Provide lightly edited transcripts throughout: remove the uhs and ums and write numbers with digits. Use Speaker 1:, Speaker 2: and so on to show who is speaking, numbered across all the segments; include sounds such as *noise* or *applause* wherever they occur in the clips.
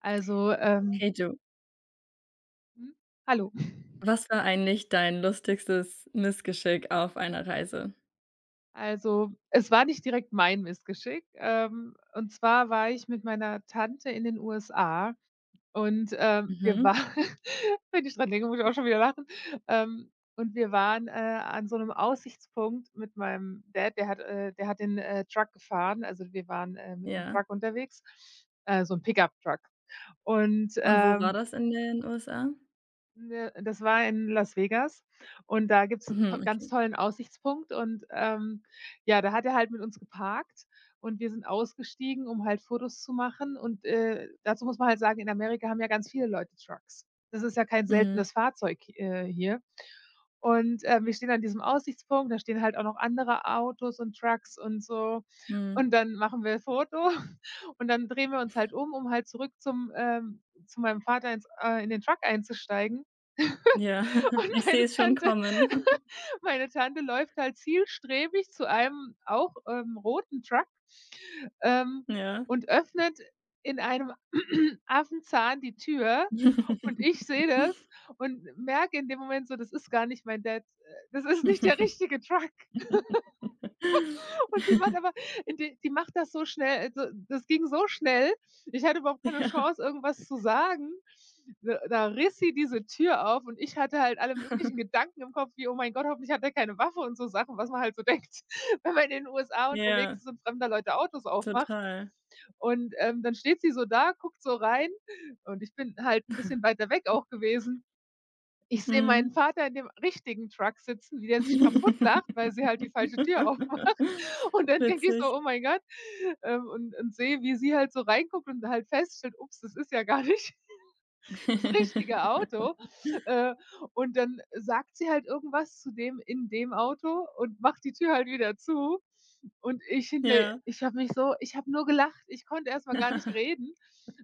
Speaker 1: Also, ähm
Speaker 2: Hey du,
Speaker 1: hm? Hallo.
Speaker 2: was war eigentlich dein lustigstes Missgeschick auf einer Reise?
Speaker 1: Also, es war nicht direkt mein Missgeschick. Und zwar war ich mit meiner Tante in den USA und wir
Speaker 2: Mhm,
Speaker 1: waren *laughs* wenn ich dran denke, muss ich auch schon wieder lachen. Und wir waren, an so 'nem Aussichtspunkt mit meinem Dad, der hat den, Truck gefahren. Also, wir waren, mit 'nem
Speaker 2: ja.
Speaker 1: Truck unterwegs, so 'n Pickup-Truck. Und,
Speaker 2: Und wo war
Speaker 1: ähm
Speaker 2: das in den USA?
Speaker 1: Ne, das war in Las Vegas und da gibt's
Speaker 2: Mhm,
Speaker 1: 'n ganz
Speaker 2: okay.
Speaker 1: tollen Aussichtspunkt und ja, da hat er halt mit uns geparkt und wir sind ausgestiegen, um halt Fotos zu machen und, dazu muss man halt sagen, in Amerika haben ja ganz viele Leute Trucks. Das ist ja kein
Speaker 2: Mhm,
Speaker 1: seltenes Fahrzeug, hier und, wir stehen an diesem Aussichtspunkt, da stehen halt auch noch andere Autos und Trucks und so
Speaker 2: mhm.
Speaker 1: und dann machen wir Foto *laughs* und dann drehen wir uns halt um, um halt zurück zum zu meinem Vater ins in den Truck einzusteigen
Speaker 2: Ja, *laughs*
Speaker 1: und
Speaker 2: ich sehe
Speaker 1: meine
Speaker 2: es schon
Speaker 1: Tante
Speaker 2: kommen. *laughs*
Speaker 1: meine Tante läuft halt zielstrebig zu einem auch, roten Truck, ähm,
Speaker 2: Ja.
Speaker 1: und öffnet in einem *clears throat* Affenzahn die Tür und
Speaker 2: *laughs*
Speaker 1: ich sehe das und merke in dem Moment so, das ist gar nicht mein Dad, das ist nicht der richtige Truck. Und die macht aber die macht das so schnell, also, das ging so schnell. Ich hatte überhaupt keine
Speaker 2: Ja,
Speaker 1: Chance, irgendwas zu sagen. Da riss sie diese Tür auf und ich hatte halt alle möglichen Gedanken im Kopf, wie: „Oh mein Gott, hoffentlich hat er keine Waffe“ und so Sachen, was man halt so denkt, *laughs* wenn man in den USA unterwegs
Speaker 2: ja,
Speaker 1: ist und fremder Leute Autos aufmacht.
Speaker 2: total.
Speaker 1: Und, dann steht sie so da, guckt so rein und ich bin halt ein bisschen weiter weg auch gewesen. Ich sehe meinen
Speaker 2: Mhm.
Speaker 1: Vater in dem richtigen Truck sitzen, wie der sich kaputtlacht, weil sie halt die falsche Tür.
Speaker 2: *laughs*
Speaker 1: Und dann denke ich so:
Speaker 2: Witzig.
Speaker 1: „Oh mein Gott.“ Und sehe, wie sie halt so reinguckt und halt feststellt: „Ups, das ist ja gar nicht *laughs* das richtige
Speaker 2: *laughs*
Speaker 1: Auto.“ Äh, und dann sagt sie halt irgendwas zu dem in dem Auto und macht die Tür halt wieder zu. Und ich hinter,
Speaker 2: Ja.
Speaker 1: ich habe mich so, ich habe nur gelacht. Ich konnte erst mal gar nicht
Speaker 2: *laughs*
Speaker 1: reden.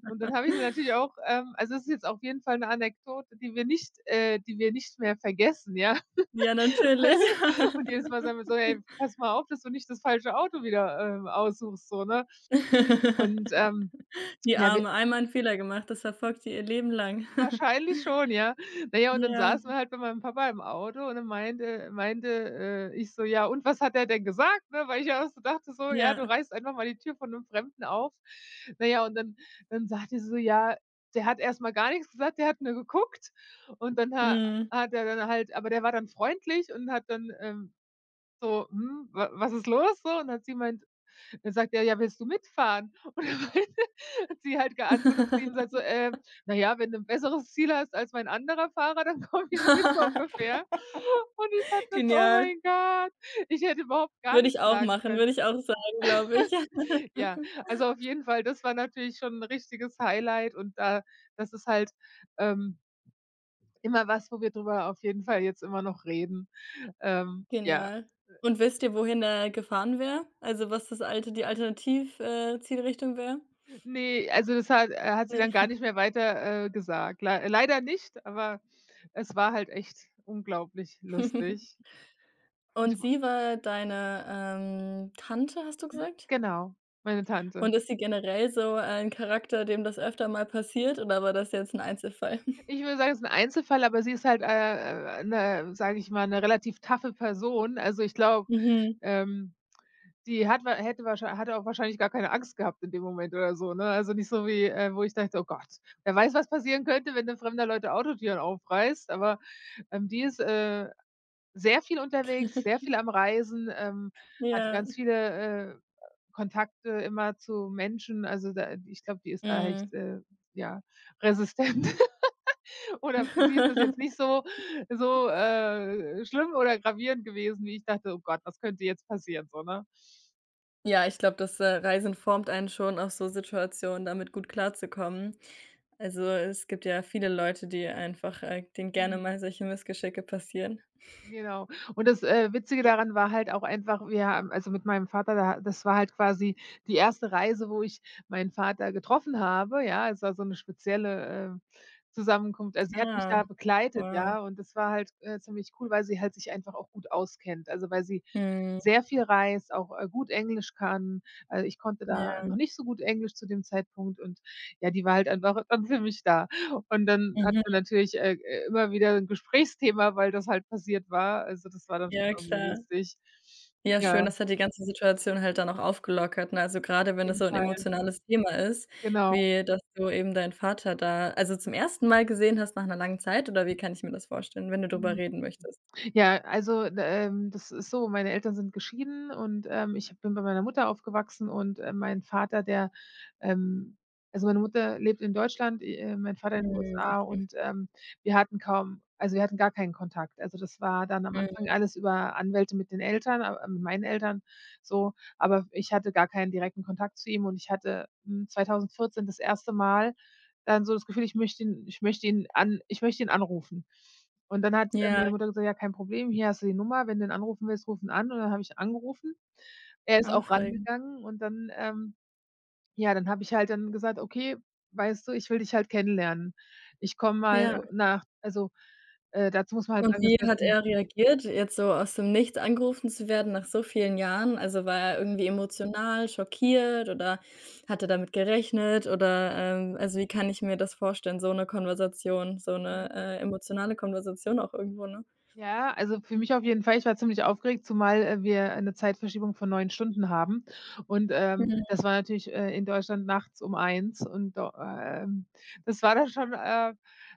Speaker 1: Und dann habe ich sie natürlich auch, also, es ist jetzt auf jeden Fall 'ne Anekdote, die wir nicht, die wir nicht mehr vergessen, ja.
Speaker 2: Ja, natürlich.
Speaker 1: *laughs* Und
Speaker 2: *laughs*
Speaker 1: jedes Mal sagen wir so: „Hey, pass mal auf, dass du nicht das falsche Auto wieder, aussuchst“, so, ne? Und, ähm,
Speaker 2: *laughs* Die
Speaker 1: ja, wir
Speaker 2: Arme, einmal 'n Fehler gemacht, das verfolgt sie ihr Leben lang. *laughs*
Speaker 1: wahrscheinlich schon, ja. Na ja, und dann
Speaker 2: Ja,
Speaker 1: saßen wir halt bei meinem Papa im Auto und dann meinte ich so: „Ja, und was hat er denn gesagt“, ne? Weil ich ja auch so dachte so: „Ja, du
Speaker 2: ja,
Speaker 1: reißt einfach mal die Tür von einem Fremden auf.“ Na ja, und dann sagte er so: „Ja, der hat erstmal gar nichts gesagt, der hat nur geguckt.“ Und dann ha
Speaker 2: mhm.
Speaker 1: hat er dann halt, aber der war dann freundlich und hat dann, so: „Hm, wa was ist los so?“ Und dann hat sie gemeint, dann sagt er: „Ja, willst du mitfahren?“ *laughs* Und dann meinte *laughs* hat sie halt geantwortet zu ihm,
Speaker 2: *laughs*
Speaker 1: sagt so: na ja, wenn du ein besseres Ziel hast als mein anderer Fahrer, dann *laughs* komme ich mit“, so ungefähr. Und ich fand das, oh
Speaker 2: Genial.
Speaker 1: mein Gott, ich hätte überhaupt gar
Speaker 2: Würde ich
Speaker 1: nichts
Speaker 2: auch
Speaker 1: sagen
Speaker 2: machen, würde
Speaker 1: können.
Speaker 2: ich auch sagen, glaube ich. *laughs*
Speaker 1: Ja, also, auf jeden Fall, das war natürlich schon ein richtiges Highlight und da, das ist halt, ähm, immer was, wo wir drüber auf jeden Fall jetzt immer noch reden. Ja.
Speaker 2: Genial. Und wisst ihr, wohin der gefahren wäre? Also, was das alte die Alternativ Zielrichtung wäre?
Speaker 1: Ne, also das hat hat sie
Speaker 2: Ne.
Speaker 1: dann gar nicht mehr weiter, gesagt. Leider nicht, aber es war halt echt unglaublich lustig. Und die
Speaker 2: Und
Speaker 1: w
Speaker 2: sie war deine, Tante, hast du
Speaker 1: mhm,
Speaker 2: gesagt?
Speaker 1: genau, meine Tante.
Speaker 2: Und ist sie generell so ein Charakter, dem das öfter mal passiert, oder war das jetzt ein Einzelfall? *laughs*
Speaker 1: Ich würde sagen, es ist 'n Einzelfall, aber sie ist halt, 'ne, sage ich mal, 'ne relativ taffe Person. Also, ich glaube,
Speaker 2: Mhm.
Speaker 1: ähm, die hatte auch wahrscheinlich gar keine Angst gehabt in dem Moment oder so, ne? Also, nicht so wie, wo ich dachte: „Oh Gott, wer weiß, was passieren könnte, wenn du fremder Leute Autotüren aufreißt.“ Aber, die ist, sehr viel unterwegs, sehr viel am Reisen, hat
Speaker 2: Ja.
Speaker 1: ganz viele, Kontakte immer zu Menschen. Also, da, ich glaube, die ist da echt,
Speaker 2: Mhm.
Speaker 1: ja, resistent *laughs* oder für sie ist das jetzt nicht
Speaker 2: *laughs*
Speaker 1: so so, schlimm oder gravierend gewesen, wie ich dachte: „Oh Gott, was könnte jetzt passieren?“ So, ne?
Speaker 2: Ja, ich glaube, das, Reisen formt einen schon, auf so Situationen damit gut klarzukommen. Also, es gibt ja viele Leute, die einfach, denen gerne
Speaker 1: Mhm.
Speaker 2: mal solche Missgeschicke passieren.
Speaker 1: Genau. Und das, Witzige daran war halt auch einfach, wir haben, also mit meinem Vater, da, das war halt quasi die erste Reise, wo ich meinen Vater getroffen habe, ja? Es war so eine spezielle, Zusammenkunft. Also, sie hat mich da
Speaker 2: Ah,
Speaker 1: begleitet,
Speaker 2: wow.
Speaker 1: ja, und das war halt, ziemlich cool, weil sie halt sich einfach auch gut auskennt. Also, weil sie
Speaker 2: Mhm,
Speaker 1: sehr viel reist, auch, gut Englisch kann. Also, ich konnte da
Speaker 2: ja.
Speaker 1: noch nicht so gut Englisch zu dem Zeitpunkt und ja, die war halt einfach dann für mich da. Und dann hat
Speaker 2: Mhm,
Speaker 1: man natürlich, immer wieder 'n Gesprächsthema, weil das halt passiert war. Also, das war dann schon
Speaker 2: ja
Speaker 1: irgendwie
Speaker 2: klar.
Speaker 1: lustig.
Speaker 2: Ja, schön,
Speaker 1: Ja, auf
Speaker 2: das hat die ganze Situation halt dann auch aufgelockert, ne? Also, gerade wenn das
Speaker 1: jeden
Speaker 2: so ein
Speaker 1: Fall.
Speaker 2: emotionales Thema ist,
Speaker 1: Genau.
Speaker 2: wie dass du eben deinen Vater da also, zum ersten Mal gesehen hast nach einer langen Zeit, oder wie kann ich mir das vorstellen, wenn du darüber
Speaker 1: Mhm.
Speaker 2: reden möchtest?
Speaker 1: Ja, also, das ist so, meine Eltern sind geschieden und, ich bin bei meiner Mutter aufgewachsen und, mein Vater, der, ähm also, meine Mutter lebt in Deutschland, mein Vater in den
Speaker 2: Mhm,
Speaker 1: USA
Speaker 2: okay.
Speaker 1: und, wir hatten kaum, also, wir hatten gar keinen Kontakt. Also, das war dann am
Speaker 2: Mhm.
Speaker 1: Anfang alles über Anwälte mit den Eltern, a mit meinen Eltern so, aber ich hatte gar keinen direkten Kontakt zu ihm und ich hatte, hm, 2014 das erste Mal dann so das Gefühl, ich möchte ihn anrufen. Und dann hat,
Speaker 2: Ja.
Speaker 1: meine Mutter gesagt: „Ja, kein Problem, hier hast du die Nummer, wenn du ihn anrufen willst, ruf ihn an.“ Und dann habe ich ihn angerufen. Er ist auch
Speaker 2: Aufregend,
Speaker 1: rangegangen und dann, ja, dann habe ich halt dann gesagt: „Okay, weißt du, ich will dich halt kennenlernen. Ich komme mal,
Speaker 2: ja.
Speaker 1: nach“, also, dazu muss man halt
Speaker 2: Und
Speaker 1: sagen, dass
Speaker 2: wie
Speaker 1: das,
Speaker 2: hat er reagiert, jetzt so aus dem Nichts angerufen zu werden nach so vielen Jahren? Also, war er irgendwie emotional, schockiert, oder hat er damit gerechnet oder, also, wie kann ich mir das vorstellen, so eine Konversation, so eine emotionale Konversation auch irgendwo, ne?
Speaker 1: ja, also für mich auf jeden Fall. Ich war ziemlich aufgeregt, zumal, wir eine Zeitverschiebung von 9 Stunden haben. Und,
Speaker 2: Mhm.
Speaker 1: das war natürlich, in Deutschland nachts um eins. Und do Das war dann schon, äh,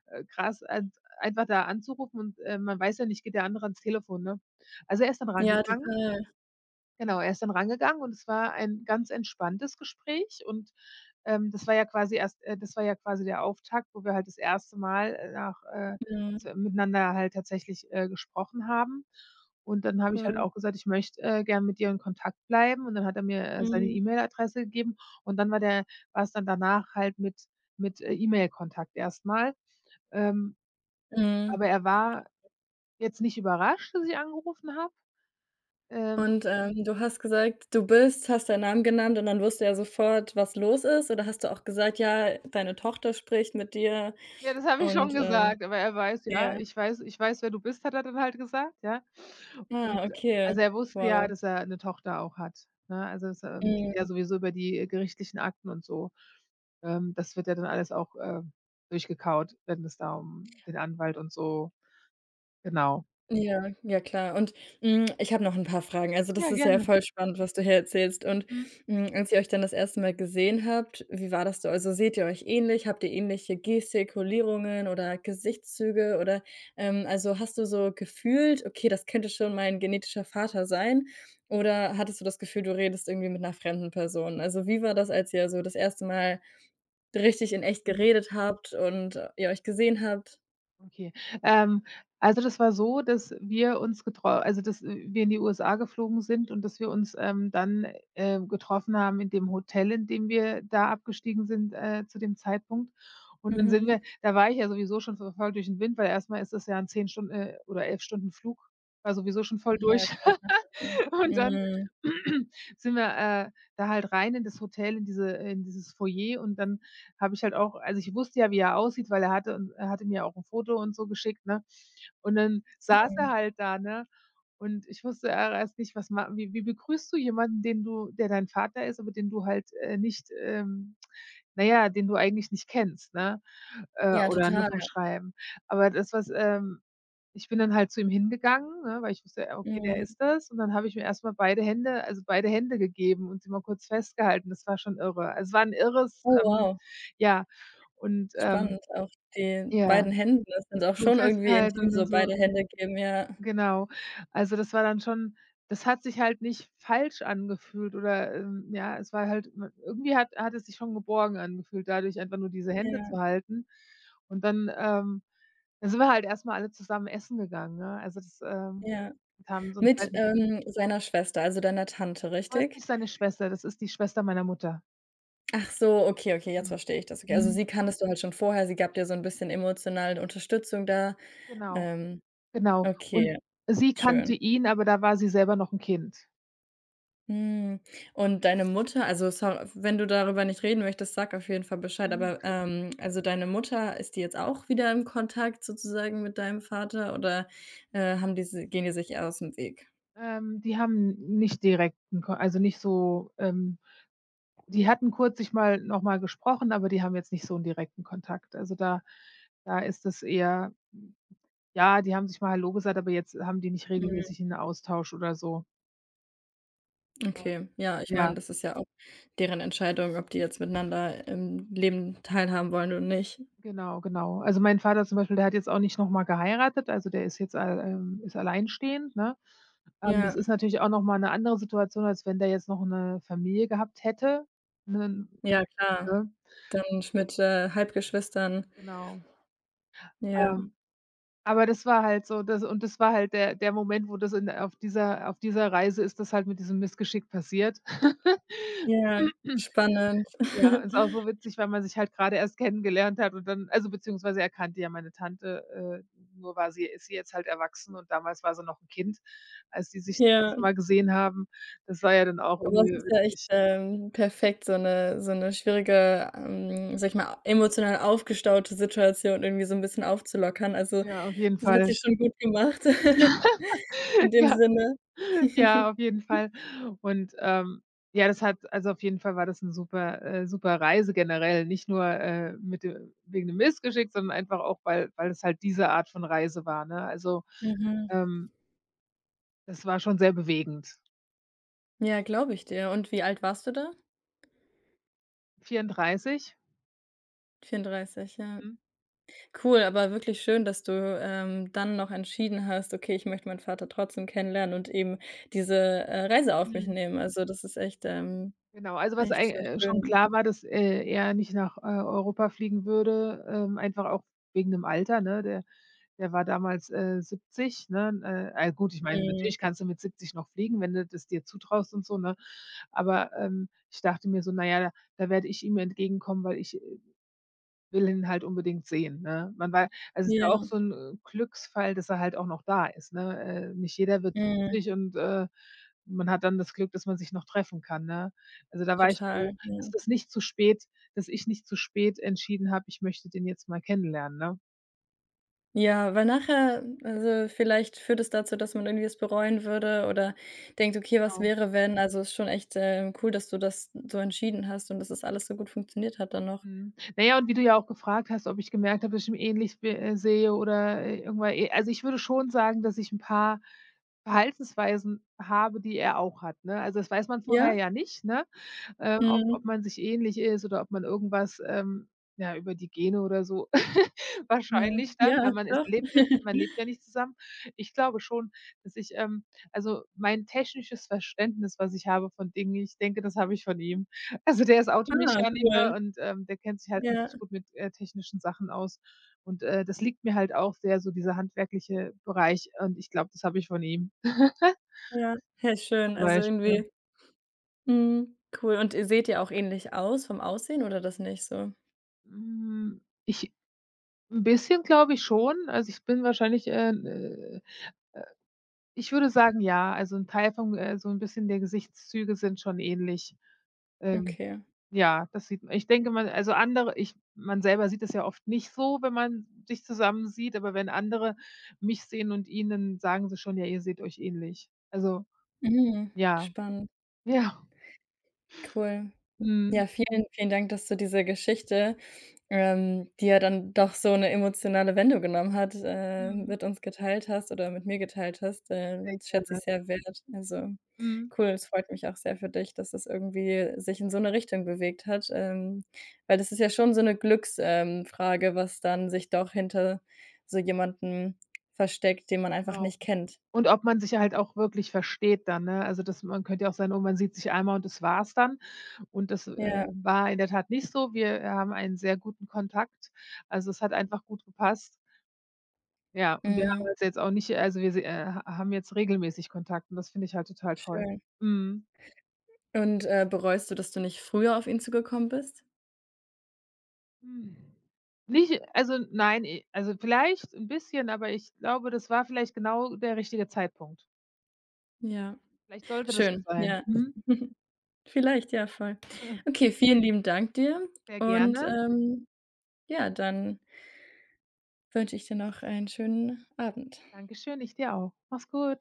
Speaker 1: äh, krass, einfach da anzurufen und, man weiß ja nicht, geht der andere ans Telefon, ne? Also er ist dann
Speaker 2: Ja,
Speaker 1: rangegangen.
Speaker 2: total.
Speaker 1: Genau, er ist dann rangegangen und es war ein ganz entspanntes Gespräch und, das war ja quasi der Auftakt, wo wir halt das erste Mal, nach
Speaker 2: Mhm,
Speaker 1: so miteinander halt tatsächlich, gesprochen haben. Und dann habe ich halt
Speaker 2: voll.
Speaker 1: auch gesagt: „Ich möchte, gern mit dir in Kontakt bleiben.“ Und dann hat er mir, seine
Speaker 2: Mhm.
Speaker 1: E-Mail-Adresse gegeben und dann war der war's dann danach halt mit, E-Mail-Kontakt erst mal. Ähm,
Speaker 2: Mhm.
Speaker 1: aber er war jetzt nicht überrascht, dass ich angerufen habe. Ähm,
Speaker 2: Und, du hast gesagt, du bist hast deinen Namen genannt und dann wusste er sofort, was los ist, oder hast du auch gesagt: „Ja, deine Tochter spricht mit dir?“
Speaker 1: ja, das habe ich schon
Speaker 2: Und,
Speaker 1: gesagt, aber er weiß, ja:
Speaker 2: ja.
Speaker 1: „Ich weiß, wer du bist“, hat er dann halt gesagt, ja. Und
Speaker 2: Ah, okay.
Speaker 1: also, er wusste
Speaker 2: Wow.
Speaker 1: ja, dass er 'ne Tochter auch hat, ne? Also, das, musste ja
Speaker 2: Mhm.
Speaker 1: sowieso über die, gerichtlichen Akten und so. Das wird ja dann alles auch, durchgekaut, wenn es da um den Anwalt und so, genau.
Speaker 2: Ja, ja klar. Und, hm, ich habe noch 'n paar Fragen. Also, das
Speaker 1: Ja,
Speaker 2: ist ja
Speaker 1: gerne.
Speaker 2: voll spannend, was du hier erzählst. Und,
Speaker 1: Mhm.
Speaker 2: hm, als ihr euch dann das erste Mal gesehen habt, wie war das so? Also, seht ihr euch ähnlich? Habt ihr ähnliche Gestikulierungen oder Gesichtszüge oder, also, hast du so gefühlt: „Okay, das könnte schon mein genetischer Vater sein“? Oder hattest du das Gefühl, du redest irgendwie mit 'ner fremden Person? Also, wie war das, als ihr so das erste Mal richtig in echt
Speaker 1: Mhm.
Speaker 2: geredet habt und, ihr euch gesehen habt.
Speaker 1: Okay. Ähm, also, das war so, dass wir uns getro also, dass wir in die USA geflogen sind und dass wir uns, dann, getroffen haben in dem Hotel, in dem wir da abgestiegen sind, zu dem Zeitpunkt. Und dann sind
Speaker 2: Mhm.
Speaker 1: wir da war ich ja sowieso schon ver voll durch den Wind, weil erstmal ist das ja ein 10 Stunden, oder 11 Stunden Flug, war sowieso schon voll
Speaker 2: Ja,
Speaker 1: durch.
Speaker 2: kann ich nachvollziehen.
Speaker 1: Und dann
Speaker 2: Mhm,
Speaker 1: *clears throat* sind wir, da halt rein in das Hotel, in diese in dieses Foyer und dann habe ich halt auch, also, ich wusste ja, wie er aussieht, weil er hatte mir auch ein Foto und so geschickt, ne? Und dann saß er
Speaker 2: mhm.
Speaker 1: halt da, ne? Und ich wusste ja erst nicht, was ma wie wie begrüßt du jemanden, den du der dein Vater ist, aber den du halt, nicht, na ja, den du eigentlich nicht kennst, ne?
Speaker 2: Ja,
Speaker 1: Oder nur
Speaker 2: total.
Speaker 1: vom Schreiben. Aber das, was, ich bin dann halt zu ihm hingegangen, ne, weil ich wusste, ja, okay, der
Speaker 2: Mhm.
Speaker 1: ist das. Und dann habe ich mir erst mal beide Hände gegeben und sie mal kurz festgehalten. Das war schon irre. Also, es war 'n irres
Speaker 2: Oh wow,
Speaker 1: ja. Und
Speaker 2: spannend. Auch die
Speaker 1: ja,
Speaker 2: beiden Händen, das sind auch
Speaker 1: so
Speaker 2: schon irgendwie
Speaker 1: festgehalten
Speaker 2: intim,
Speaker 1: und dann
Speaker 2: so
Speaker 1: so.
Speaker 2: beide Hände geben, ja.
Speaker 1: Genau. Also, das war dann schon, das hat sich halt nicht falsch angefühlt oder, ja, es war halt m irgendwie, hat es sich schon geborgen angefühlt, dadurch einfach nur diese Hände
Speaker 2: Ja,
Speaker 1: zu halten. Und dann sind wir halt erst mal alle zusammen essen gegangen, ne? Also
Speaker 2: ja.
Speaker 1: und haben so 'n
Speaker 2: Mit,
Speaker 1: kleinen.
Speaker 2: seiner Schwester, also deiner Tante,
Speaker 1: Oh, ist
Speaker 2: richtig?
Speaker 1: nicht seine Schwester, das ist die Schwester meiner Mutter.
Speaker 2: Ach so, okay, okay, jetzt
Speaker 1: Mhm.
Speaker 2: verstehe ich das. Okay, also
Speaker 1: Mhm.
Speaker 2: sie kanntest du halt schon vorher, sie gab dir so 'n bisschen emotionale Unterstützung da.
Speaker 1: Genau,
Speaker 2: Ähm,
Speaker 1: genau. Und
Speaker 2: okay,
Speaker 1: sie kannte
Speaker 2: schön.
Speaker 1: ihn, aber da war sie selber noch ein Kind.
Speaker 2: Mhm. Und deine Mutter also, so wenn du darüber nicht reden möchtest, sag auf jeden Fall Bescheid, aber,
Speaker 1: Mhm.
Speaker 2: also, deine Mutter, ist die jetzt auch wieder im Kontakt sozusagen mit deinem Vater oder, haben die si gehen die sich eher aus dem Weg?
Speaker 1: Die haben nicht direkten Ko also, nicht so, ähm. Die hatten kurz sich mal noch mal gesprochen, aber die haben jetzt nicht so 'n direkten Kontakt. Also, da ist es eher ja, die haben sich mal hallo gesagt, aber jetzt haben die nicht
Speaker 2: Mhm,
Speaker 1: regelmäßig 'n Austausch oder so.
Speaker 2: okay. Ja, ich meine,
Speaker 1: Ja,
Speaker 2: das ist ja auch deren Entscheidung, ob die jetzt miteinander im Leben teilhaben wollen oder nicht.
Speaker 1: genau, genau. Also, mein Vater zum Beispiel, der hat jetzt auch nicht noch mal geheiratet, also, der ist jetzt al ist alleinstehend, ne? Das
Speaker 2: Ja,
Speaker 1: ist natürlich auch noch mal 'ne andere Situation, als wenn der jetzt noch 'ne Familie gehabt hätte, 'nen,
Speaker 2: ja klar.
Speaker 1: ne?
Speaker 2: Und mit, Halbgeschwistern.
Speaker 1: Genau.
Speaker 2: Ja,
Speaker 1: Ähm, aber das war halt so, das und das war halt der Moment, wo das in auf dieser Reise ist, das halt mit diesem Missgeschick passiert. *laughs*
Speaker 2: ja, spannend.
Speaker 1: Ja, ist auch
Speaker 2: *laughs*
Speaker 1: so witzig, weil man sich halt grade erst kennengelernt hat und dann, also, beziehungsweise er kannte ja meine Tante, nur war sie ist sie jetzt halt erwachsen und damals war sie noch 'n Kind, als die sich das
Speaker 2: Ja.
Speaker 1: letzte Mal gesehen haben. Das war ja dann auch
Speaker 2: Aber es
Speaker 1: irgendwie
Speaker 2: ist ja echt,
Speaker 1: witzig.
Speaker 2: perfekt, so 'ne so 'ne schwierige, sage ich mal, emotional aufgestaute Situation irgendwie so 'n bisschen aufzulockern. Also,
Speaker 1: Ja, auf jeden
Speaker 2: das hat sie
Speaker 1: Fall.
Speaker 2: schon gut gemacht *laughs* in
Speaker 1: *laughs*
Speaker 2: dem
Speaker 1: Ja.
Speaker 2: Sinne.
Speaker 1: Ja, auf jeden Fall. Und, ähm, ja, das hat, also, auf jeden Fall war das 'ne super super Reise generell, nicht nur, mit de wegen dem Missgeschick, sondern einfach auch, weil es halt diese Art von Reise war, ne? Also,
Speaker 2: Mhm.
Speaker 1: ähm, das war schon sehr bewegend.
Speaker 2: Ja, glaube ich dir. Und wie alt warst du da?
Speaker 1: 34.
Speaker 2: 34. Ja.
Speaker 1: Mhm.
Speaker 2: Cool, aber wirklich schön, dass du, dann noch entschieden hast: „Okay, ich möchte meinen Vater trotzdem kennenlernen und eben diese, Reise auf mich
Speaker 1: Mhm.
Speaker 2: nehmen.“ Also, das ist echt,
Speaker 1: Genau, also was ei
Speaker 2: echt,
Speaker 1: schon
Speaker 2: schön.
Speaker 1: klar war, dass, er nicht nach, Europa fliegen würde, einfach auch wegen dem Alter, ne? Der war damals, 70, ne? Ah, gut, ich meine,
Speaker 2: Mhm.
Speaker 1: natürlich kannst du mit 70 noch fliegen, wenn du das dir zutraust und so, ne? Aber, ich dachte mir so: „Na ja, da werde ich ihm entgegenkommen, weil ich will ihn halt unbedingt sehen, ne? Man wei also, ist ja auch
Speaker 2: Ja.
Speaker 1: so 'n, Glücksfall, dass er halt auch noch da ist, ne? Nicht jeder wird
Speaker 2: Mhm.
Speaker 1: 70 und, man hat dann das Glück, dass man sich noch treffen kann, ne? Also, da war ich
Speaker 2: Total,
Speaker 1: froh, dass
Speaker 2: ja.
Speaker 1: das nicht zu spät, dass ich nicht zu spät entschieden habe, ich möchte den jetzt mal kennenlernen, ne?
Speaker 2: Ja, weil nachher also, vielleicht führt es dazu, dass man irgendwie es bereuen würde oder denkt: „Okay, was
Speaker 1: Genau.
Speaker 2: wäre, wenn?“ Also, ist schon echt, cool, dass du das so entschieden hast und dass das alles so gut funktioniert hat dann noch.
Speaker 1: Mhm. Na ja, und wie du ja auch gefragt hast, ob ich gemerkt habe, dass ich ihn ähnlich be sehe oder, irgendwann eh also, ich würde schon sagen, dass ich 'n paar Verhaltensweisen habe, die er auch hat, ne? Also, das weiß man
Speaker 2: Ja?
Speaker 1: vorher ja nicht, ne? Ob
Speaker 2: Mhm.
Speaker 1: man sich ähnlich ist oder ob man irgendwas, ja, über die Gene oder so *laughs*
Speaker 2: Mhm.
Speaker 1: wahrscheinlich dann,
Speaker 2: Ja,
Speaker 1: weil man ist
Speaker 2: doch.
Speaker 1: lebt ja, man
Speaker 2: *laughs*
Speaker 1: lebt ja nicht zusammen. Ich glaube schon, dass ich, ähm, also, mein technisches Verständnis, was ich habe von Dingen, ich denke, das habe ich von ihm. *laughs* Also, der ist
Speaker 2: Ah,
Speaker 1: Automechaniker
Speaker 2: cool.
Speaker 1: und, der kennt sich halt
Speaker 2: Ja,
Speaker 1: richtig gut mit, technischen Sachen aus. Und, das liegt mir halt auch sehr, so dieser handwerkliche Bereich und ich glaube, das habe ich von ihm, *laughs*
Speaker 2: ja. Hä, schön.
Speaker 1: zum
Speaker 2: Also,
Speaker 1: Beispiel.
Speaker 2: irgendwie mhm, cool. Und ihr seht ja auch ähnlich aus vom Aussehen oder das nicht so?
Speaker 1: Hm, ich, 'n bisschen glaube ich schon. Also, ich bin wahrscheinlich, ich würde sagen, ja, also 'n Teil vom, so 'n bisschen der Gesichtszüge sind schon ähnlich. Ähm,
Speaker 2: Okay.
Speaker 1: ja, das sieht, ich denke mal, also andere ich man selber sieht es ja oft nicht so, wenn man sich zusammen sieht, aber wenn andere mich sehen und ihn, dann sagen sie schon: „Ja, ihr seht euch ähnlich.“ Also,
Speaker 2: Mhm.
Speaker 1: ja,
Speaker 2: Spannend,
Speaker 1: *laughs* ja.
Speaker 2: cool.
Speaker 1: Mhm.
Speaker 2: Ja, vielen, vielen Dank, dass du diese Geschichte, die ja dann doch so eine emotionale Wendung genommen hat,
Speaker 1: Mhm.
Speaker 2: mit uns geteilt hast oder mit mir geteilt hast.
Speaker 1: Sehr
Speaker 2: Das schätze
Speaker 1: gerne.
Speaker 2: ich sehr wert. Also,
Speaker 1: Mhm.
Speaker 2: cool, es freut mich auch sehr für dich, dass es irgendwie sich in so eine Richtung bewegt hat, weil das ist ja schon so eine Glücksfrage, Frage, was dann sich doch hinter so jemanden versteckt, den man einfach
Speaker 1: Genau.
Speaker 2: nicht kennt.
Speaker 1: Und ob man sich halt auch wirklich versteht dann, ne? Also, das, man könnte ja auch sein: „Oh, man sieht sich einmal und das war's dann.“ Und das,
Speaker 2: Ja,
Speaker 1: war in der Tat nicht so. Wir, haben einen sehr guten Kontakt. Also, es hat einfach gut gepasst. Ja, und wir
Speaker 2: mhm,
Speaker 1: haben uns jetzt auch nicht, also, wir se ha haben jetzt regelmäßig Kontakt und das finde ich halt total toll.
Speaker 2: schön.
Speaker 1: Mhm.
Speaker 2: Und, bereust du, dass du nicht früher auf ihn zugekommen bist?
Speaker 1: Mhm. Nicht, also, nein, e also, vielleicht ein bisschen, aber ich glaube, das war vielleicht genau der richtige Zeitpunkt.
Speaker 2: Ja.
Speaker 1: Vielleicht sollte das so
Speaker 2: Schön,
Speaker 1: sein.
Speaker 2: ja.
Speaker 1: Mhm.
Speaker 2: *laughs* Vielleicht, ja, voll.
Speaker 1: *laughs*
Speaker 2: Okay, vielen lieben Dank dir
Speaker 1: Sehr
Speaker 2: und,
Speaker 1: gerne.
Speaker 2: ja, dann wünsche ich dir noch einen schönen Abend.
Speaker 1: Dankeschön, ich dir auch. Mach's gut.